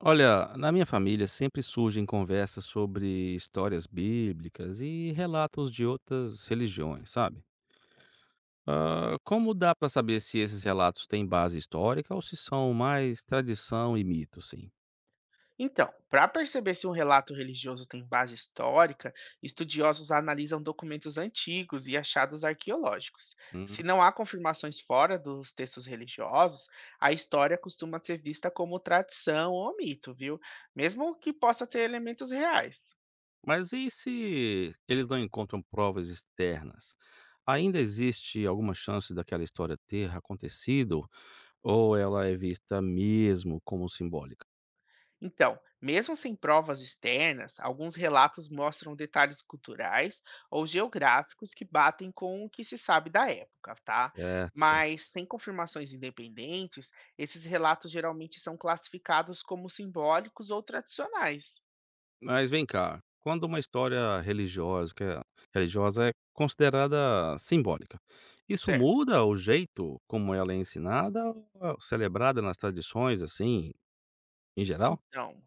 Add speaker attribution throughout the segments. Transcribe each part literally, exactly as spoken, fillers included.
Speaker 1: Olha, na minha família sempre surgem conversas sobre histórias bíblicas e relatos de outras religiões, sabe? Ah, como dá pra saber se esses relatos têm base histórica ou se são mais tradição e mito, sim?
Speaker 2: Então, para perceber se um relato religioso tem base histórica, estudiosos analisam documentos antigos e achados arqueológicos. Se
Speaker 1: Hum.
Speaker 2: não há confirmações fora dos textos religiosos, a história costuma ser vista como tradição ou mito, viu? Mesmo que possa ter elementos reais.
Speaker 1: Mas e se eles não encontram provas externas? Ainda existe alguma chance daquela história ter acontecido ou ela é vista mesmo como simbólica?
Speaker 2: Então, mesmo sem provas externas, alguns relatos mostram detalhes culturais ou geográficos que batem com o que se sabe da época, tá?
Speaker 1: Certo, certo.
Speaker 2: Mas sem confirmações independentes, esses relatos geralmente são classificados como simbólicos ou tradicionais,
Speaker 1: Mas vem cá, quando uma história religiosa, que é religiosa é considerada simbólica, isso
Speaker 2: certo?
Speaker 1: muda o jeito como ela é ensinada ou é celebrada nas tradições, assim, em geral?
Speaker 2: Então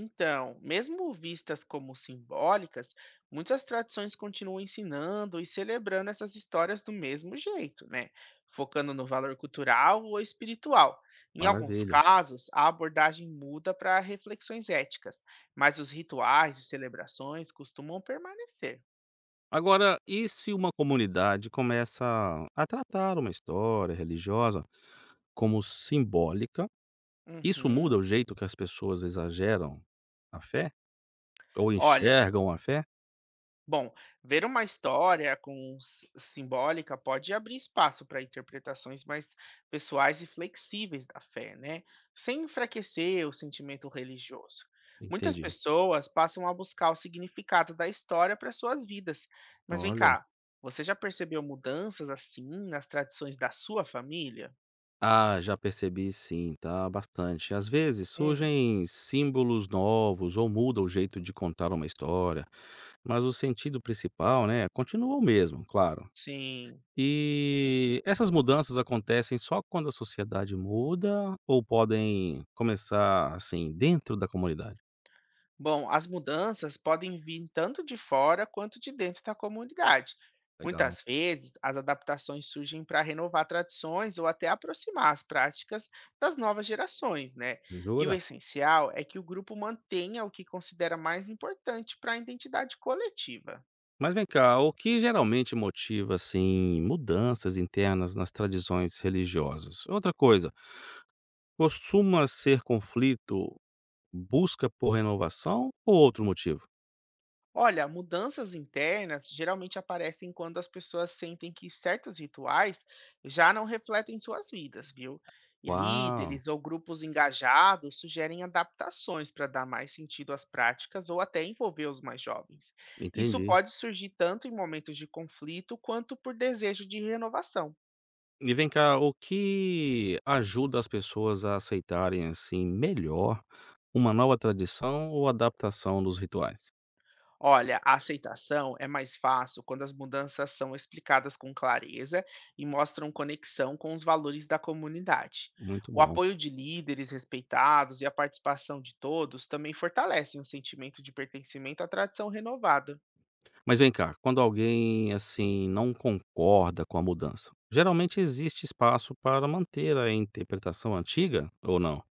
Speaker 2: então, mesmo vistas como simbólicas, muitas tradições continuam ensinando e celebrando essas histórias do mesmo jeito, né? Focando no valor cultural ou espiritual. Em alguns
Speaker 1: Maravilha.
Speaker 2: casos, a abordagem muda para reflexões éticas, mas os rituais e celebrações costumam permanecer.
Speaker 1: Agora, e se uma comunidade começa a tratar uma história religiosa como simbólica, isso muda
Speaker 2: Uhum.
Speaker 1: o jeito que as pessoas exageram a fé? Ou
Speaker 2: Olha,
Speaker 1: enxergam a fé?
Speaker 2: bom, ver uma história com s- simbólica pode abrir espaço para interpretações mais pessoais e flexíveis da fé, né? Sem enfraquecer o sentimento religioso. Muitas
Speaker 1: Entendi.
Speaker 2: pessoas passam a buscar o significado da história para suas vidas. Mas vem
Speaker 1: Olha.
Speaker 2: cá, você já percebeu mudanças assim nas tradições da sua família?
Speaker 1: Ah, já percebi sim, tá? Bastante. Às vezes
Speaker 2: Hum,
Speaker 1: surgem símbolos novos ou muda o jeito de contar uma história, mas o sentido principal, né, continua o mesmo, claro.
Speaker 2: sim.
Speaker 1: E essas mudanças acontecem só quando a sociedade muda ou podem começar assim dentro da comunidade?
Speaker 2: Bom, as mudanças podem vir tanto de fora quanto de dentro da comunidade.
Speaker 1: Legal.
Speaker 2: Muitas vezes, as adaptações surgem para renovar tradições ou até aproximar as práticas das novas gerações, né? E o
Speaker 1: Jura?
Speaker 2: essencial é que o grupo mantenha o que considera mais importante para a identidade coletiva.
Speaker 1: Mas vem cá, o que geralmente motiva assim mudanças internas nas tradições religiosas? Outra coisa, costuma ser conflito, busca por renovação ou outro motivo?
Speaker 2: Olha, mudanças internas geralmente aparecem quando as pessoas sentem que certos rituais já não refletem suas vidas, viu? E
Speaker 1: Uau,
Speaker 2: líderes ou grupos engajados sugerem adaptações para dar mais sentido às práticas ou até envolver os mais jovens. Isso
Speaker 1: entendi.
Speaker 2: pode surgir tanto em momentos de conflito quanto por desejo de renovação.
Speaker 1: E vem cá, o que ajuda as pessoas a aceitarem, assim, melhor uma nova tradição ou adaptação dos rituais?
Speaker 2: Olha, a aceitação é mais fácil quando as mudanças são explicadas com clareza e mostram conexão com os valores da comunidade.
Speaker 1: Muito
Speaker 2: O
Speaker 1: bom.
Speaker 2: apoio de líderes respeitados e a participação de todos também fortalecem o sentimento de pertencimento à tradição renovada.
Speaker 1: Mas vem cá, quando alguém, assim, não concorda com a mudança, geralmente existe espaço para manter a interpretação antiga ou não?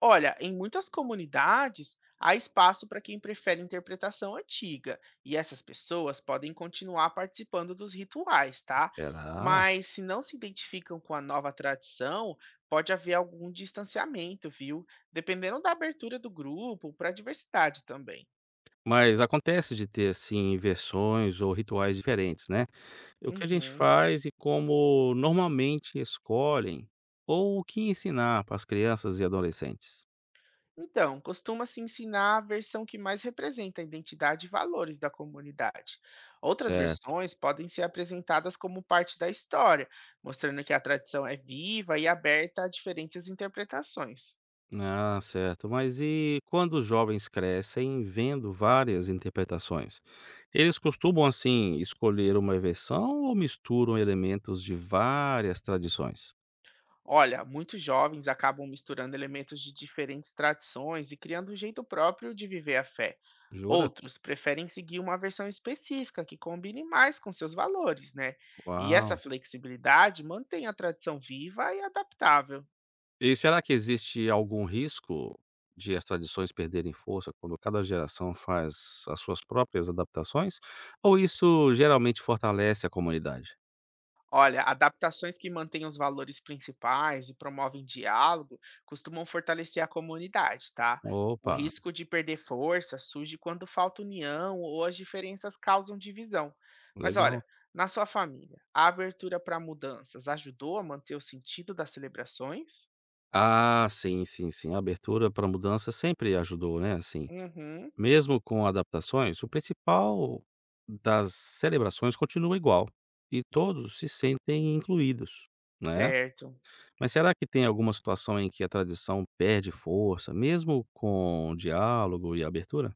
Speaker 2: Olha, em muitas comunidades há espaço para quem prefere interpretação antiga, e essas pessoas podem continuar participando dos rituais, tá?
Speaker 1: Será?
Speaker 2: Mas se não se identificam com a nova tradição, pode haver algum distanciamento, viu? Dependendo da abertura do grupo para a diversidade também.
Speaker 1: Mas acontece de ter, assim, versões ou rituais diferentes, né? O que a gente
Speaker 2: Uhum.
Speaker 1: faz e como normalmente escolhem ou o que ensinar para as crianças e adolescentes.
Speaker 2: Então, costuma-se ensinar a versão que mais representa a identidade e valores da comunidade. Outras
Speaker 1: Certo.
Speaker 2: versões podem ser apresentadas como parte da história, mostrando que a tradição é viva e aberta a diferentes interpretações.
Speaker 1: Ah, certo. Mas e quando os jovens crescem vendo várias interpretações? Eles costumam, assim, escolher uma versão ou misturam elementos de várias tradições?
Speaker 2: Olha, muitos jovens acabam misturando elementos de diferentes tradições e criando um jeito próprio de viver a fé.
Speaker 1: Jura?
Speaker 2: Outros preferem seguir uma versão específica que combine mais com seus valores, né? E essa
Speaker 1: Uau!
Speaker 2: flexibilidade mantém a tradição viva e adaptável.
Speaker 1: E será que existe algum risco de as tradições perderem força quando cada geração faz as suas próprias adaptações? Ou isso geralmente fortalece a comunidade?
Speaker 2: Olha, adaptações que mantêm os valores principais e promovem diálogo costumam fortalecer a comunidade, tá? O
Speaker 1: Opa,
Speaker 2: risco de perder força surge quando falta união ou as diferenças causam divisão. Mas
Speaker 1: legal.
Speaker 2: olha, na sua família, a abertura para mudanças ajudou a manter o sentido das celebrações?
Speaker 1: Ah, sim, sim, sim. A abertura para mudança sempre ajudou, né? Assim,
Speaker 2: Uhum,
Speaker 1: mesmo com adaptações, o principal das celebrações continua igual e todos se sentem incluídos, né?
Speaker 2: certo.
Speaker 1: Mas será que tem alguma situação em que a tradição perde força, mesmo com diálogo e abertura?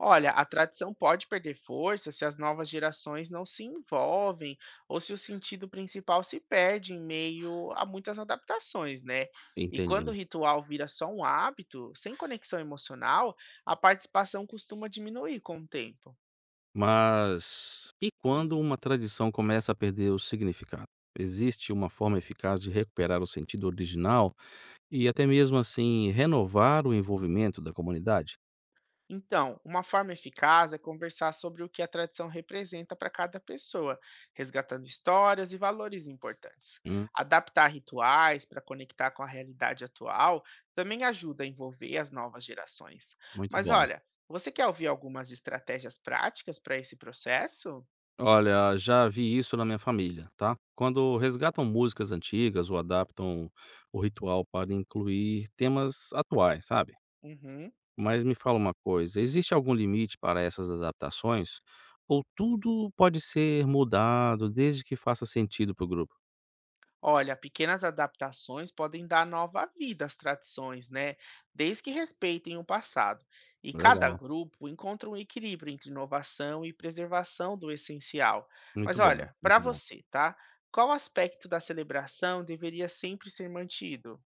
Speaker 2: Olha, a tradição pode perder força se as novas gerações não se envolvem ou se o sentido principal se perde em meio a muitas adaptações, né? E quando o
Speaker 1: Entendi.
Speaker 2: ritual vira só um hábito, sem conexão emocional, a participação costuma diminuir com o tempo.
Speaker 1: Mas e quando uma tradição começa a perder o significado? Existe uma forma eficaz de recuperar o sentido original e até mesmo assim renovar o envolvimento da comunidade?
Speaker 2: Então, uma forma eficaz é conversar sobre o que a tradição representa para cada pessoa, resgatando histórias e valores importantes.
Speaker 1: Hum,
Speaker 2: Adaptar rituais para conectar com a realidade atual também ajuda a envolver as novas gerações.
Speaker 1: muito
Speaker 2: Mas
Speaker 1: bom.
Speaker 2: olha, você quer ouvir algumas estratégias práticas para esse processo?
Speaker 1: Olha, já vi isso na minha família, tá? Quando resgatam músicas antigas ou adaptam o ritual para incluir temas atuais, sabe?
Speaker 2: Uhum.
Speaker 1: Mas me fala uma coisa, existe algum limite para essas adaptações? Ou tudo pode ser mudado desde que faça sentido para o grupo?
Speaker 2: Olha, pequenas adaptações podem dar nova vida às tradições, né? Desde que respeitem o passado. E cada
Speaker 1: Legal,
Speaker 2: grupo encontra um equilíbrio entre inovação e preservação do essencial. Mas
Speaker 1: muito bom,
Speaker 2: olha, para
Speaker 1: muito bom.
Speaker 2: você, tá? Qual aspecto da celebração deveria sempre ser mantido?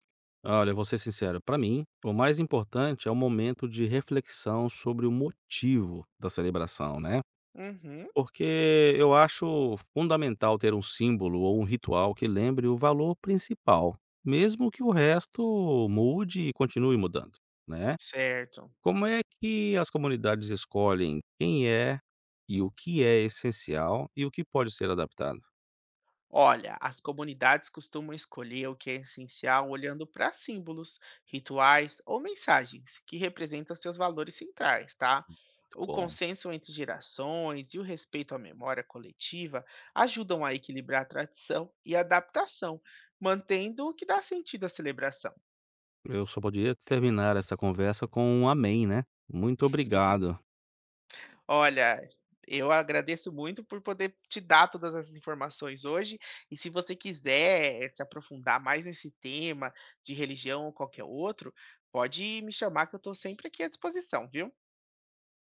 Speaker 1: Olha, vou ser sincero, para mim, o mais importante é o momento de reflexão sobre o motivo da celebração, né?
Speaker 2: Uhum,
Speaker 1: Porque eu acho fundamental ter um símbolo ou um ritual que lembre o valor principal, mesmo que o resto mude e continue mudando, né?
Speaker 2: certo.
Speaker 1: Como é que as comunidades escolhem quem é e o que é essencial e o que pode ser adaptado?
Speaker 2: Olha, as comunidades costumam escolher o que é essencial olhando para símbolos, rituais ou mensagens que representam seus valores centrais, tá?
Speaker 1: Muito
Speaker 2: O
Speaker 1: bom.
Speaker 2: consenso entre gerações e o respeito à memória coletiva ajudam a equilibrar a tradição e a adaptação, mantendo o que dá sentido à celebração.
Speaker 1: Eu só podia terminar essa conversa com um amém, né? Muito obrigado.
Speaker 2: Olha, eu agradeço muito por poder te dar todas essas informações hoje. E se você quiser se aprofundar mais nesse tema de religião ou qualquer outro, pode me chamar que eu estou sempre aqui à disposição, viu?